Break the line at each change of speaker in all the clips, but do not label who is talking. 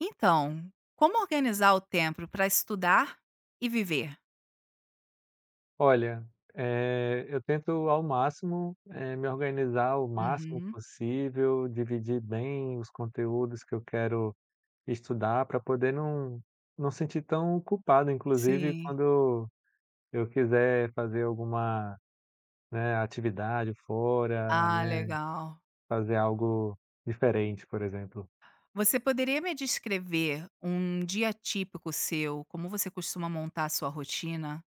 Então, como organizar o tempo para estudar e viver?
Olha, eu tento ao máximo, me organizar o máximo
Uhum,
possível, dividir bem os conteúdos que eu quero estudar para poder não sentir tão culpado, inclusive
sim.
quando eu quiser fazer alguma, né, atividade fora,
Ah,
né,
legal.
fazer algo diferente, por exemplo.
Você poderia me descrever um dia típico seu? Como você costuma montar a sua rotina?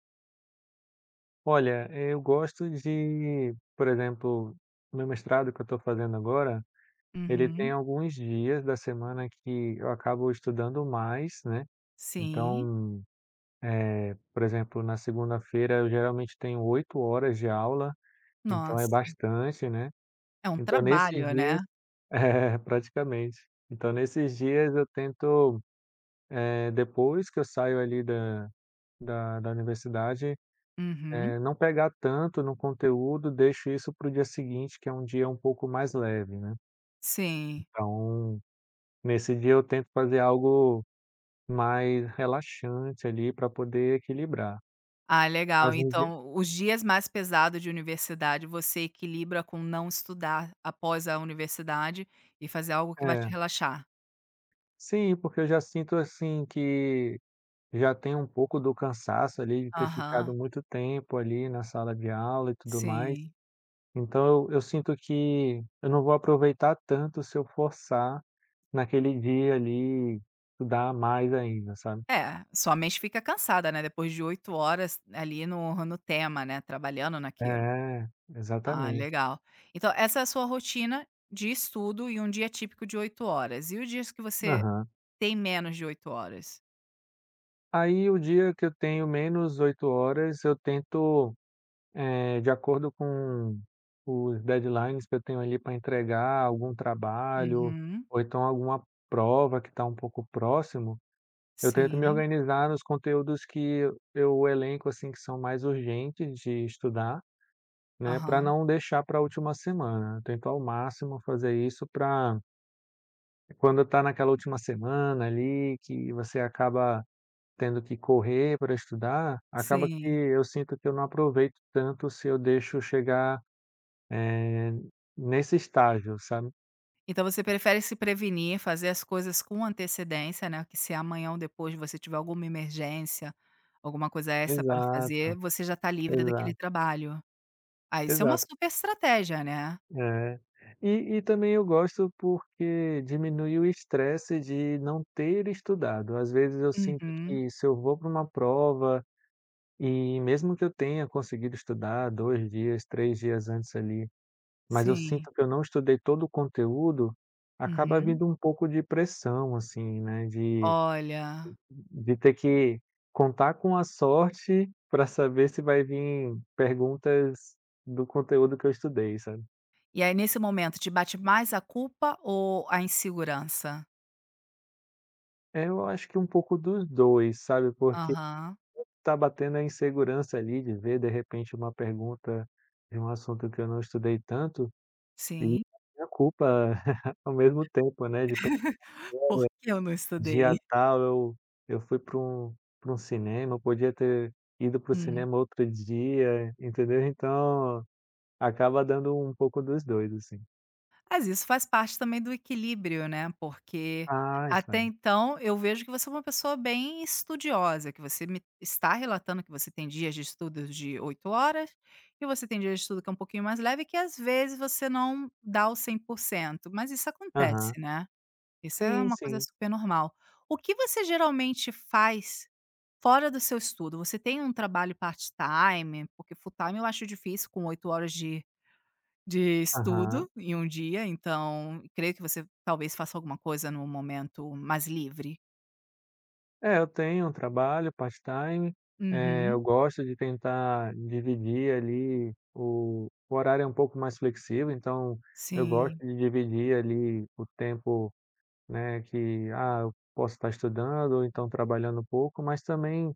Olha, eu gosto de, por exemplo, meu mestrado que eu estou fazendo agora. Ele tem
Uhum,
alguns dias da semana que eu acabo estudando mais, né.
sim.
Então, por exemplo, na segunda-feira eu geralmente tenho 8 horas de aula, então é
Nossa,
bastante, né.
é um
Então nesses
trabalho,
dias
né?
é, praticamente. Então nesses dias eu tento, depois que eu saio ali da universidade,
Uhum,
não pegar tanto no conteúdo, deixo isso para o dia seguinte, que é um dia um pouco mais leve, né.
sim.
Então, nesse dia eu tento fazer algo mais relaxante ali para poder equilibrar.
Ah, legal.
Mas no dia
Então, os dias mais pesados de universidade você equilibra com não estudar após a universidade e fazer algo que vai te
é.
relaxar.
Sim, porque eu já sinto, assim, que já tem um pouco do cansaço ali de ter ficado
Aham.
muito tempo ali na sala de aula e tudo mais.
Sim.
Então eu sinto que eu não vou aproveitar tanto se eu forçar naquele dia ali estudar mais ainda, sabe.
É, sua mente fica cansada, né, depois de 8 horas ali no tema, né, trabalhando naquilo.
É,
Ah,
exatamente.
legal. Então essa é a sua rotina de estudo e um dia típico de 8 horas. E os dias que você
Aham.
tem menos de 8 horas?
Aí o dia que eu tenho menos 8 horas eu tento, de acordo com os deadlines que eu tenho ali para entregar algum trabalho,
Uhum.
ou então alguma prova que está um pouco próximo, eu tento me
Sim.
organizar nos conteúdos que eu elenco, assim, que são mais urgentes de estudar, né, para
Aham.
não deixar para a última semana. Eu tento ao máximo fazer isso para quando está naquela última semana ali, que você acaba tendo que correr para estudar, acaba que
Sim.
eu sinto que eu não aproveito tanto se eu deixo chegar eh, nesse estágio, sabe?
Então você prefere se prevenir, fazer as coisas com antecedência, né, que se amanhã ou depois você tiver alguma emergência, alguma coisa essa para
Exato,
fazer, você já está livre daquele
exato,
trabalho. Ah, isso é uma
exato.
super estratégia, né.
É. E também eu gosto porque diminui o estresse de não ter estudado. Às vezes eu sinto
Uhum.
que se eu vou para uma prova e mesmo que eu tenha conseguido estudar 2 dias, 3 dias antes ali, mas eu
Sim.
sinto que eu não estudei todo o conteúdo, acaba
Uhum.
vindo um pouco de pressão, assim, né, de
Olha.
De ter que contar com a sorte para saber se vai vir perguntas do conteúdo que eu estudei, sabe.
E aí nesse momento te bate mais a culpa ou a insegurança?
É, eu acho que um pouco dos 2, sabe, porque
Aham.
tá batendo a insegurança ali de ver, de repente, uma pergunta de um assunto que eu não estudei tanto e
Sim.
a minha culpa ao mesmo tempo, né, de pe
"Por que eu não
dia
estudei?"
tal eu fui para um cinema, eu podia ter ido para o
Hum.
cinema outro dia, entendeu. Então acaba dando um pouco dos 2 assim.
Mas isso faz parte também do equilíbrio, né, porque
Faz,
até
faz.
então eu vejo que você é uma pessoa bem estudiosa, que você me está relatando que você tem dias de estudos de 8 horas, e você tem dias de estudo que é um pouquinho mais leve, que às vezes você não dá o 100%. Mas isso
Aham.
acontece, né, isso é
Sim,
uma coisa
sim.
super normal. O que você geralmente faz fora do seu estudo? Você tem um trabalho part-time? Porque full-time eu acho difícil com 8 horas de
Aham.
estudo em um dia, então creio que você talvez faça alguma coisa num momento mais livre.
É, eu tenho um trabalho part-time,
Uhum,
eu gosto de tentar dividir ali o horário é um pouco mais flexível, então eu gosto
sim.
de dividir ali o tempo, né, que, ah, eu posso estar estudando ou então trabalhando um pouco, mas também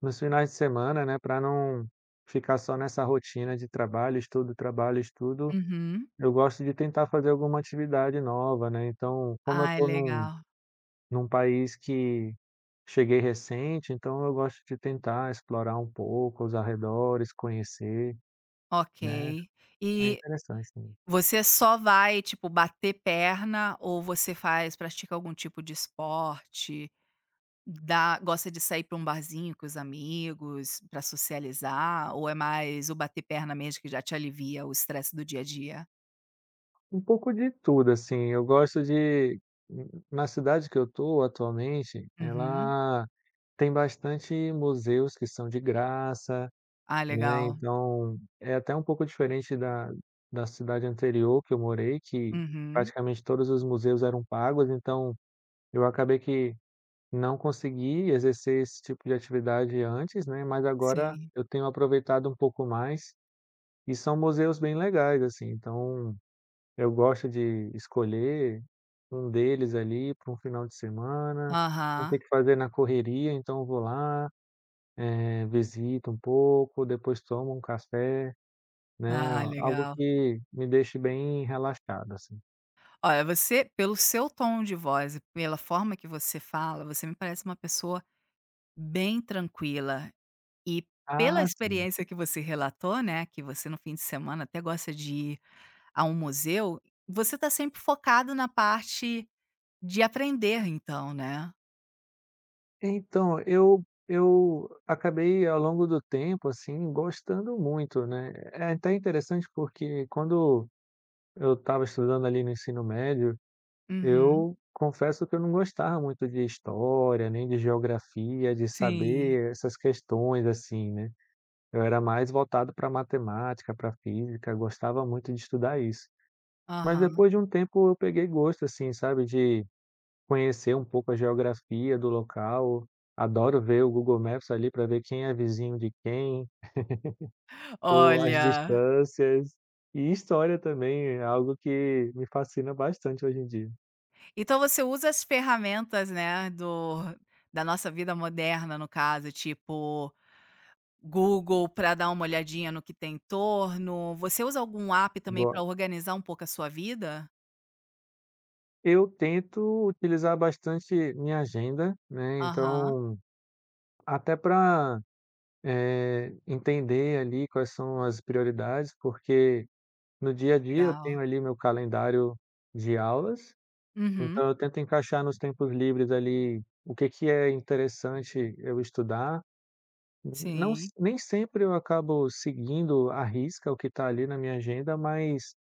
nos finais de semana, né, para não ficar só nessa rotina de trabalho, estudo, trabalho, estudo.
Uhum.
Eu gosto de tentar fazer alguma atividade nova, né, então, como eu
Ai,
tô num
legal.
num país que cheguei recente, então eu gosto de tentar explorar um pouco os arredores, conhecer, né,
Ok.
é
E
interessante sim.
você só vai, tipo, bater perna ou você faz pratica algum tipo de esporte? Dá gosta de sair para um barzinho com os amigos, para socializar, ou é mais o bater perna mesmo que já te alivia o estresse do dia a dia?
Um pouco de tudo, assim, eu gosto de na cidade que eu tô atualmente,
Uhum.
ela tem bastante museus que são de graça.
Ah,
Né,
legal.
então, é até um pouco diferente da cidade anterior que eu morei, que
Uhum.
praticamente todos os museus eram pagos, então eu acabei que não consegui exercer esse tipo de atividade antes, né, mas agora
Sim.
eu tenho aproveitado um pouco mais, e são museus bem legais, assim, então eu gosto de escolher um deles ali para um final de semana, não ter
Aham.
que fazer na correria, então eu vou lá, visito um pouco, depois tomo um café. Né,
Ah,
algo
legal.
que me deixe bem relaxado, assim.
Olha, você, pelo seu tom de voz e pela forma que você fala, você me parece uma pessoa bem tranquila. E pela
Ah, sim.
experiência que você relatou, né, que você no fim de semana até gosta de ir a um museu, você está sempre focado na parte de aprender então, né?
Então, eu acabei ao longo do tempo, assim, gostando muito, né. É até interessante porque quando eu estava estudando ali no ensino médio,
Uhum.
eu confesso que eu não gostava muito de história, nem de geografia, de
Sim.
saber essas questões, assim, né. Eu era mais voltado para matemática, para física, gostava muito de estudar isso. Mas
Aham.
depois de um tempo eu peguei gosto, assim, sabe, de conhecer um pouco a geografia do local, adoro ver o Google Maps ali para ver quem é vizinho de quem, ou as
Olha,
distâncias. E história também é algo que me fascina bastante hoje em dia.
então você usa as ferramentas, né, do da nossa vida moderna, no caso, tipo Google para dar uma olhadinha no que tem em torno. Você usa algum app também para
Go
organizar um pouco a sua vida?
eu tento utilizar bastante minha agenda, né,
Aham,
então até para entender ali quais são as prioridades, porque no dia a dia eu tenho
legal.
ali meu calendário de aulas.
Uhum,
Então eu tento encaixar nos tempos livres ali o que que é interessante eu estudar. Não
sim,
s nem sempre eu acabo seguindo à risca o que está ali na minha agenda, mas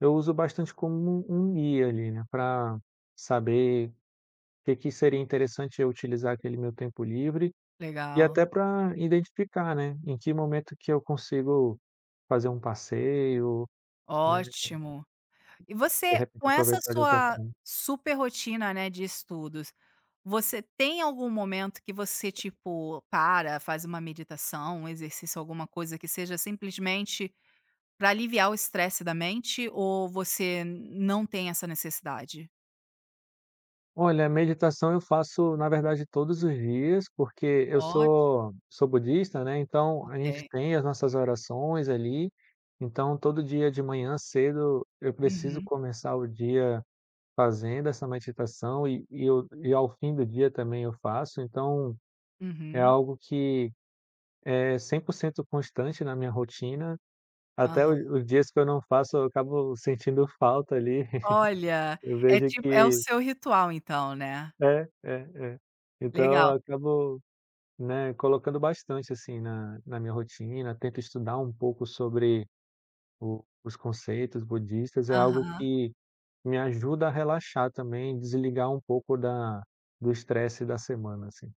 eu uso bastante como um guia ali, né, para saber o que que seria interessante eu utilizar aquele meu tempo livre e
legal.
até para identificar, né, em que momento que eu consigo fazer um passeio, né,
Ótimo. E
de
você,
repente
com essa
aproveitar de outra.
sua super rotina, né, de estudos, você tem algum momento que você, tipo, para, faz uma meditação, um exercício, alguma coisa que seja simplesmente para aliviar o estresse da mente ou você não tem essa necessidade?
Olha, meditação eu faço, na verdade, todos os dias, porque eu
Ótimo,
sou budista, né, então a gente
ok.
tem as nossas orações ali, então todo dia de manhã cedo eu preciso
Uhum,
começar o dia fazendo essa meditação e ao fim do dia também eu faço, então é
uhum,
algo que é 100% constante na minha rotina, até
aham.
o os dias que eu não faço eu acabo sentindo falta ali,
Olha,
eu
é
vejo
tipo é o
que.
seu ritual então, né.
É, é, é. Então eu
Legal.
acabo, né, colocando bastante, assim, na minha rotina, tento estudar um pouco sobre o os conceitos budistas, é algo
Aham.
que me ajuda a relaxar também, desligar um pouco da do estresse da semana, assim.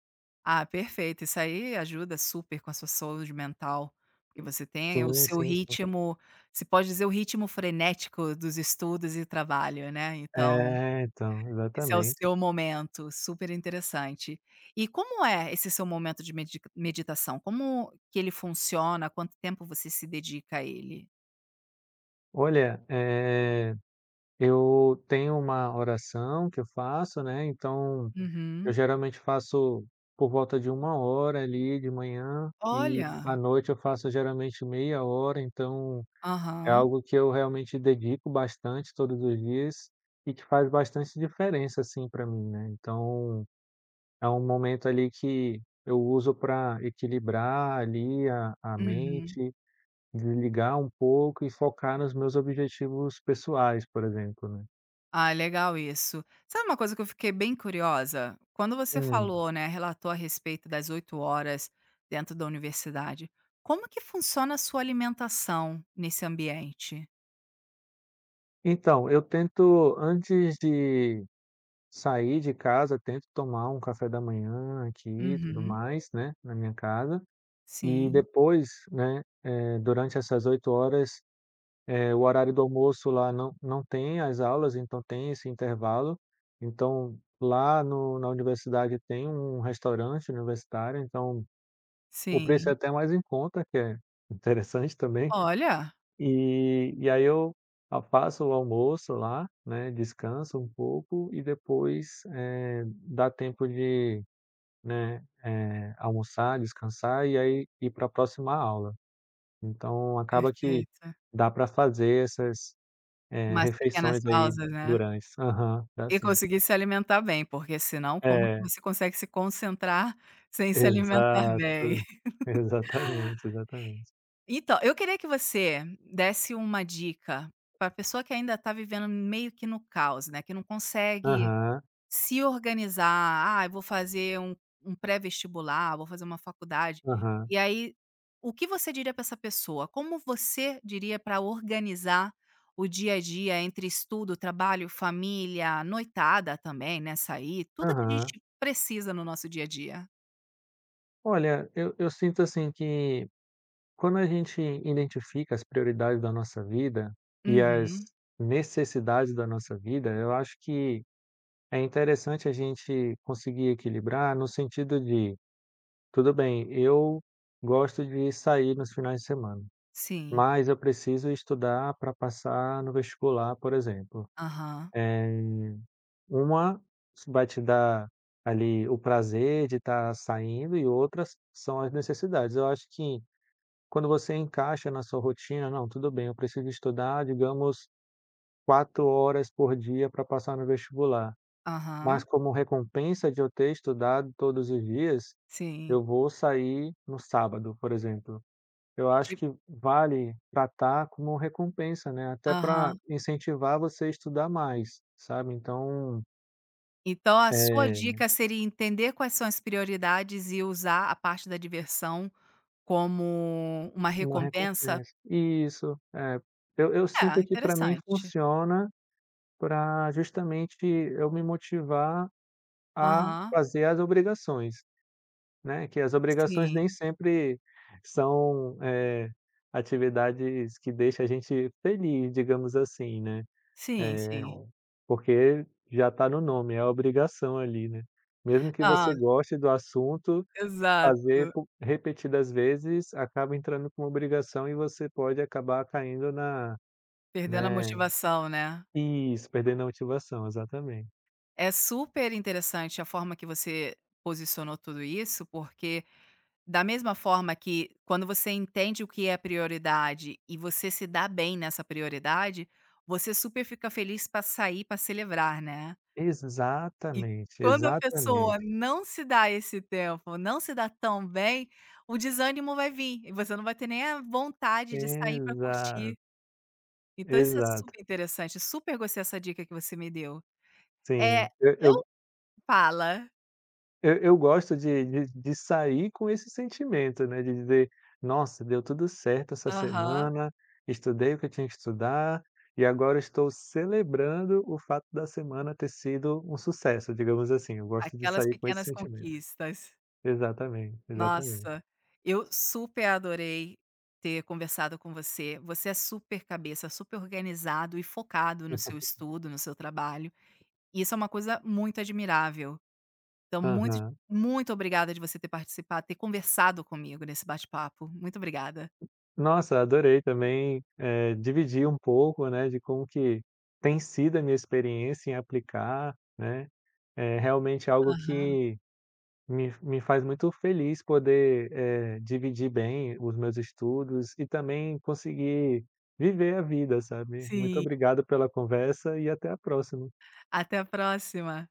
Ah, perfeito, isso aí ajuda super com a sua saúde mental, porque você tem o
Sim,
seu
sim, sim.
ritmo se pode dizer o ritmo frenético dos estudos e trabalho, né, então,
É, então,
esse é o
exatamente.
seu momento, super interessante. E como é esse seu momento de meditação? Como que ele funciona? Quanto tempo você se dedica a ele?
Olha, eu tenho uma oração que eu faço, né, então eu
Uhum.
geralmente faço por volta de uma hora ali de manhã e à
Olha.
noite eu faço geralmente meia hora, então é
Aham.
algo que eu realmente dedico bastante todos os dias e que faz bastante diferença, assim, para mim, né. Então, é um momento ali que eu uso para equilibrar ali a
Uhum.
mente, desligar um pouco e focar nos meus objetivos pessoais, por exemplo, né.
Ah, legal isso. Sabe uma coisa que eu fiquei bem curiosa? Quando você
Hum.
falou, né, relatou a respeito das 8 horas dentro da universidade, como que funciona a sua alimentação nesse ambiente?
Então, eu tento antes de sair de casa, tento tomar um café da manhã aqui e tudo
Uhum.
mais, né, na minha casa. E
Sim,
depois, né, durante essas 8 horas. O horário do almoço lá não tem as aulas, então tem esse intervalo. Então, lá no na universidade tem um restaurante universitário, então o preço é
sim.
até mais em conta, que é interessante também.
Olha,
E aí eu a faço o almoço lá, né, descanso um pouco e depois, dá tempo de, né, almoçar, descansar e aí ir para a próxima aula. Então acaba que
perfeito.
dá para fazer essas,
Umas pequenas
refeições aí
pausas, né.
durante. Aham, dá
E
sim.
conseguir se alimentar bem, porque senão como que
É,
você consegue se concentrar sem se alimentar
exato,
bem?
exatamente, exatamente.
Então, eu queria que você desse uma dica para a pessoa que ainda está vivendo meio que no caos, né, que não consegue
Aham,
se organizar. "Ah, eu vou fazer um pré-vestibular, vou fazer uma faculdade".
aham,
E aí, o que você diria para essa pessoa? Como você diria para organizar o dia a dia entre estudo, trabalho, família, noitada também, né, sair, tudo que a
aham.
gente precisa no nosso dia a dia?
Olha, eu sinto, assim, que quando a gente identifica as prioridades da nossa vida e as
Uhum.
necessidades da nossa vida, eu acho que é interessante a gente conseguir equilibrar no sentido de: "Tudo bem, eu gosto de sair nos finais de semana.
Sim.
Mas eu preciso estudar para passar no vestibular, por exemplo.
Aham.
Eh, uma vai te dar ali o prazer de estar saindo e outras são as necessidades. Eu acho que quando você encaixa na sua rotina, não, tudo bem, eu preciso estudar, digamos, 4 horas por dia para passar no vestibular,
Aham.
mas como recompensa de eu ter estudado todos os dias,
Sim.
eu vou sair no sábado, por exemplo. Eu acho que vale tratar como recompensa, né, até para
Aham.
incentivar você a estudar mais, sabe, então,
Então a sua
eh,
dica seria entender quais são as prioridades e usar a parte da diversão como uma
uma
recompensa?
recompensa. Isso, é. Eu
É,
sinto que para mim
interessante.
funciona para justamente eu me motivar a
Aham.
fazer as obrigações, né, que as obrigações
Sim,
nem sempre são, atividades que deixam a gente feliz, digamos assim, né.
sim,
É,
sim.
porque já está no nome, é a obrigação ali, né. Mesmo que
Ah,
você goste do assunto,
exato.
fazer po repetidas vezes acaba entrando como obrigação e você pode acabar caindo na,
Perdendo a
né,
motivação, né.
isso, perdendo a motivação, exatamente.
É super interessante a forma que você posicionou tudo isso, porque da mesma forma que quando você entende o que é prioridade e você se dá bem nessa prioridade, você super fica feliz para sair, para celebrar, né. E
Exatamente,
quando a pessoa
exatamente.
não se dá esse tempo, não se dá tão bem, o desânimo vai vir e você não vai ter nem a vontade de sair para curtir.
Exato,
Então isso é
exato.
super interessante, super gostei dessa dica que você me deu. É,
Sim, eu
eu
eu
fala.
Eu eu gosto de sair com esse sentimento, né, de dizer: "Nossa, deu tudo certo essa
Aham.
semana, estudei o que eu tinha que estudar, e agora estou celebrando o fato da semana ter sido um sucesso", digamos assim. Eu gosto de
Aquelas
sair com esse
pequenas
sentimento.
conquistas.
Exatamente, exatamente.
Nossa, eu super adorei ter conversado com você. Você é super cabeça, super organizado e focado no seu estudo, no seu trabalho. E isso é uma coisa muito admirável. Então, muito,
Aham.
muito obrigada de você ter participado, ter conversado comigo nesse bate-papo. Muito obrigada.
Nossa, adorei também, dividir um pouco, né, de como que tem sido a minha experiência em aplicar, né. É realmente algo
Aham.
que me faz muito feliz poder, dividir bem os meus estudos e também conseguir viver a vida, sabe. Muito
Sim.
obrigado pela conversa e até a próxima.
Até a próxima.